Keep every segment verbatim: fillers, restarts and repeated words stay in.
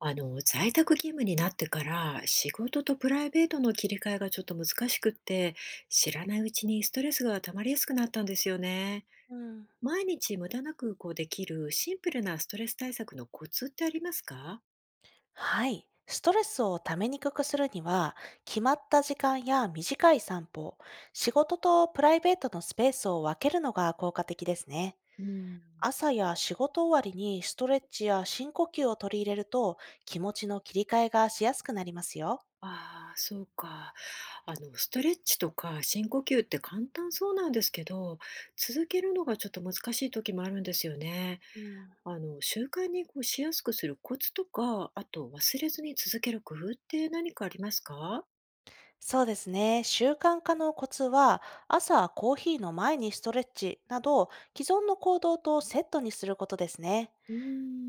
あの、在宅勤務になってから、仕事とプライベートの切り替えがちょっと難しくって、知らないうちにストレスが溜まりやすくなったんですよね。うん。毎日無駄なくこうできるシンプルなストレス対策のコツってありますか？はい。ストレスをためにくくするには、決まった時間や短い散歩、仕事とプライベートのスペースを分けるのが効果的ですね。うん。朝や仕事終わりにストレッチや深呼吸を取り入れると、気持ちの切り替えがしやすくなりますよ。ああ、そうか。あの、ストレッチとか深呼吸って簡単そうなんですけど、続けるのがちょっと難しい時もあるんですよね。うん。あの、習慣にこうしやすくするコツとか、あと忘れずに続ける工夫って何かありますか？そうですね。習慣化のコツは、朝コーヒーの前にストレッチなど、既存の行動とセットにすることですね。うー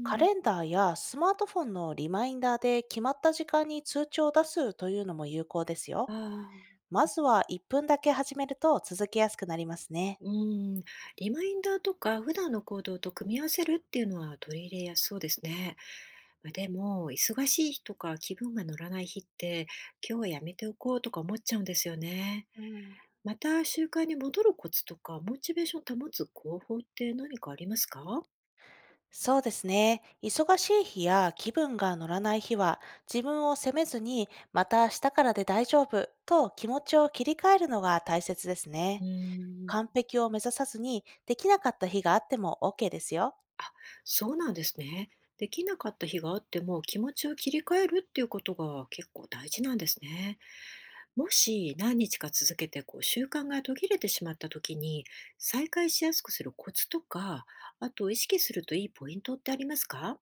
カレンん。ダーやスマートフォンのリマインダーで決まった時間に通知を出すというのも有効ですあよ。あ、まずはいっぷんだけ始めると続けやすくなりますね。うーん、リマインダーとか普段の行動と組み合わせるっていうのは取り入れやすそうですね。ま、でも、忙しい日とか気分が乗らない日って、今日はやめておこうとか思っちゃうんですよね。うん、また習慣に戻るコツとか、モチベーションを保つ方法って何かありますか？そうですね。忙しい日や気分が乗らない日は、自分を責めずに、また明日からで大丈夫と気持ちを切り替えるのが大切ですうね。ー完ん。璧を目指さずに、できなかった日があっても オーケー ですよ。そうなんですね。できなかった日があっても気持ちを切り替えるっていうことが結構大事なんですね。もし何日か続けてこう習慣が途切れてしまった時に再開しやすくするコツとか、あと意識するといいポイントってありますか？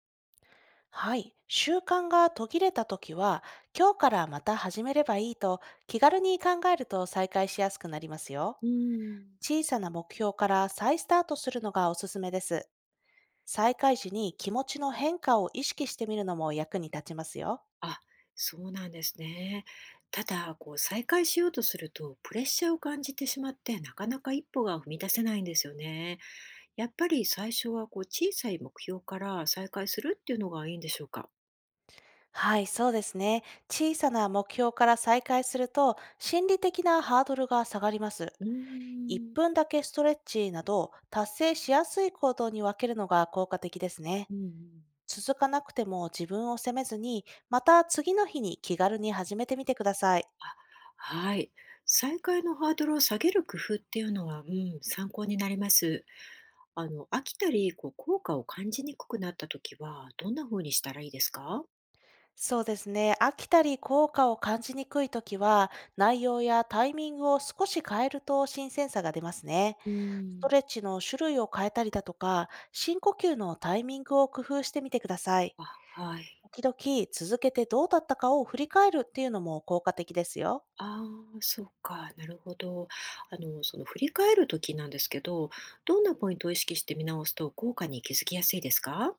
はい。習慣が途切れた時は、今日からまた始めればいいと気軽に考えると再開しやすくなりますよ。うん、小さな目標から再スタートするのがおすすめです。再開時に気持ちの変化を意識してみるのも役に立ちますよ。あ、そうなんですね。ただ、こう再開しようとするとプレッシャーを感じてしまってなかなか一歩が踏み出せないんですよね。やっぱり最初はこう小さい目標から再開するっていうのがいいんでしょうか。はい、そうですね。小さな目標から再開すると、心理的なハードルが下がります。うー1ん。分だけストレッチなど、達成しやすい行動に分けるのが効果的ですね。うんうん、続かなくても自分を責めずに、また次の日に気軽に始めてみてください。はい。再開のハードルを下げる工夫っていうのは、うん、参考になります。あの、飽きたり、こう、効果を感じにくくなった時は、どんな風にしたらいいですか？そうですね。飽きたり効果を感じにくいときは、内容やタイミングを少し変えると新鮮さが出ますね。うストん、レッチの種類を変えたりだとか、深呼吸のタイミングを工夫してみてください。あ、はい。時々続けてどうだったかを振り返るっていうのも効果的ですよ。ああ、そうか。なるほど。あの、その振り返る時なんですけど、どんなポイントを意識して見直すと効果に気づきやすいですか？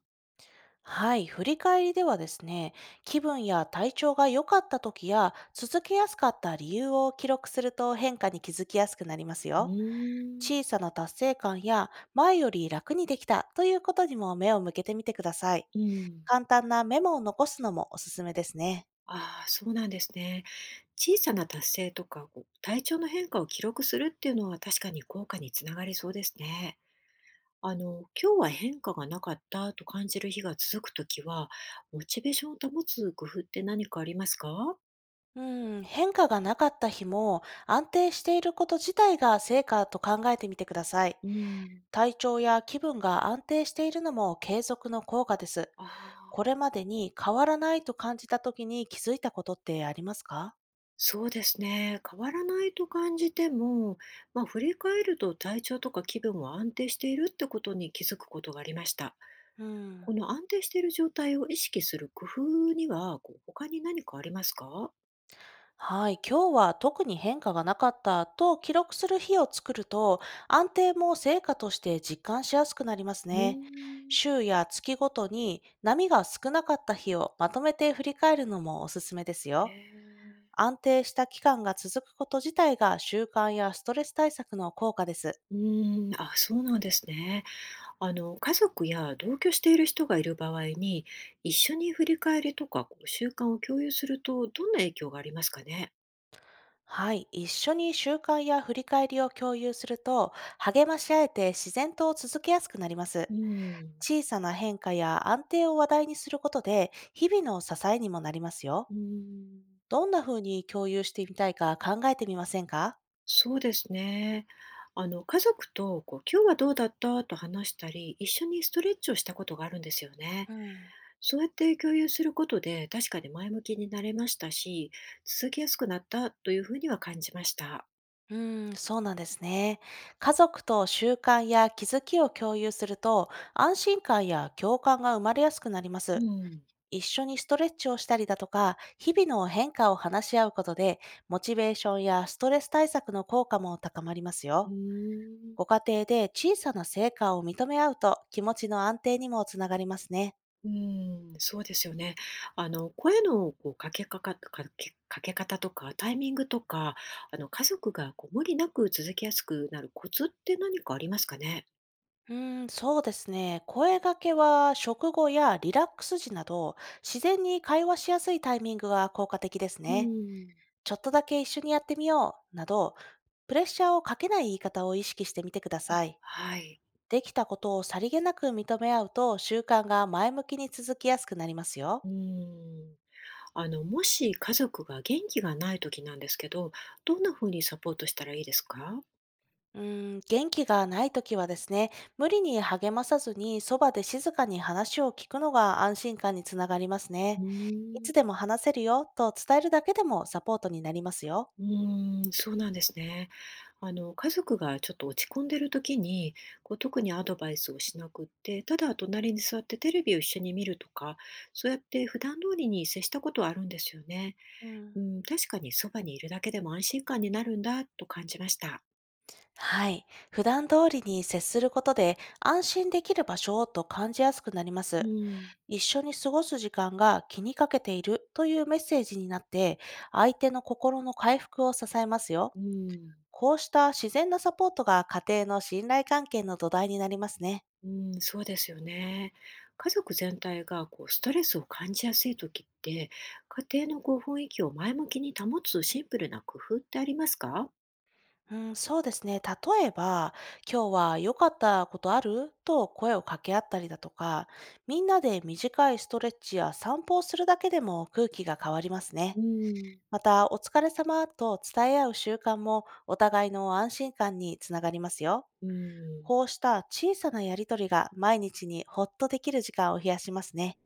はい、振り返りではですね、気分や体調が良かった時や続けやすかった理由を記録すると、変化に気づきやすくなりますうよ。ーん、小さな達成感や、前より楽にできたということにも目を向けてみてください。うん、簡単なメモを残すのもおすすめですね。ああ、そうなんですね。小さな達成とか、こう体調の変化を記録するっていうのは確かに効果につながりそうですね。あの、今日は変化がなかったと感じる日が続くときは、モチベーションを保つ工夫って何かありますか？うん、変化がなかった日も、安定していること自体が成果と考えてみてください。うん。体調や気分が安定しているのも継続の効果です。あこあ、れまでに変わらないと感じた時に気づいたことってありますか？そうですね。変わらないと感じても、まあ、振り返ると体調とか気分は安定しているってことに気づくことがありました。うん。この安定している状態を意識する工夫には、こう、他に何かありますか？はい、今日は特に変化がなかったと記録する日を作ると、安定も成果として実感しやすくなりますうーね。ん。週や月ごとに波が少なかった日をまとめて振り返るのもおすすめですえよ。え。安定した期間が続くこと自体が、習慣やストレス対策の効果です。うーん、あ、そうなんですね。あの、家族や同居している人がいる場合に、一緒に振り返りとか、こう、習慣を共有すると、どんな影響がありますかね？はい、一緒に習慣や振り返りを共有すると、励まし合えて自然と続けやすくなります。うん。小さな変化や安定を話題にすることで、日々の支えにもなりますよ。うーん、どんな風に共有してみたいか考えてみませんか？そうですね。あの、家族と、こう、今日はどうだったと話したり、一緒にストレッチをしたことがあるんですよね。うん。そうやって共有することで、確かに前向きになれましたし、続きやすくなったというふうには感じました。うん、そうなんですね。家族と習慣や気づきを共有すると、安心感や共感が生まれやすくなりまうす。ん、一緒にストレッチをしたりだとか、日々の変化を話し合うことで、モチベーションやストレス対策の効果も高まりますうーよ。ん、ご家庭で小さな成果を認め合うと、気持ちの安定にもつながりますね。うーん、そうですよね。あの、声のこうかけかか、かけ、かけ方とか、タイミングとか、あの、家族がこう無理なく続きやすくなるコツって何かありますかね？うーん、そうですね。声掛けは食後やリラックス時など、自然に会話しやすいタイミングが効果的ですうね。ん、ちょっとだけ一緒にやってみようなど、プレッシャーをかけない言い方を意識してみてくだあ、さい。はい。できたことをさりげなく認め合うと、習慣が前向きに続きやすくなりますよ。うん。あの、もし家族が元気がない時なんですけど、どんなふうにサポートしたらいいですか？うーん、元気がないときはですね、無理に励まさずに、そばで静かに話を聞くのが安心感につながりますうね。いーん。つでも話せるよと伝えるだけでもサポートになりますよ。うーん、そうなんですね。あの、家族がちょっと落ち込んでる時に、こう、特にアドバイスをしなくって、ただ隣に座ってテレビを一緒に見るとか、そうやって普段通りに接したことはあるんですよね。うん。うん、確かにそばにいるだけでも安心感になるんだと感じました。はい。普段通りに接することで、安心できる場所と感じやすくなりまうす。ん、一緒に過ごす時間が、気にかけているというメッセージになって、相手の心の回復を支えますよ。うん、こうした自然なサポートが、家庭の信頼関係の土台になりますね。うん、そうですよね。家族全体がこうストレスを感じやすい時って、家庭のこう雰囲気を前向きに保つシンプルな工夫ってありますか？うん、そうですね。例えば、今日は良かったことあると声を掛け合ったりだとか、みんなで短いストレッチや散歩をするだけでも空気が変わりますね。うん、また、お疲れ様と伝え合う習慣も、お互いの安心感につながりますよ。うん。こうした小さなやりとりが、毎日にほっとできる時間を増やしますね。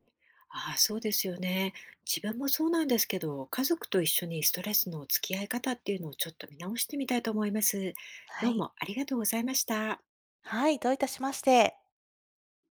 ああ、そうですよね。自分もそうなんですけど、家族と一緒にストレスの付き合い方っていうのをちょっと見直してみたいと思います。はどうい。もありがとうございました。はい、どういたしまして。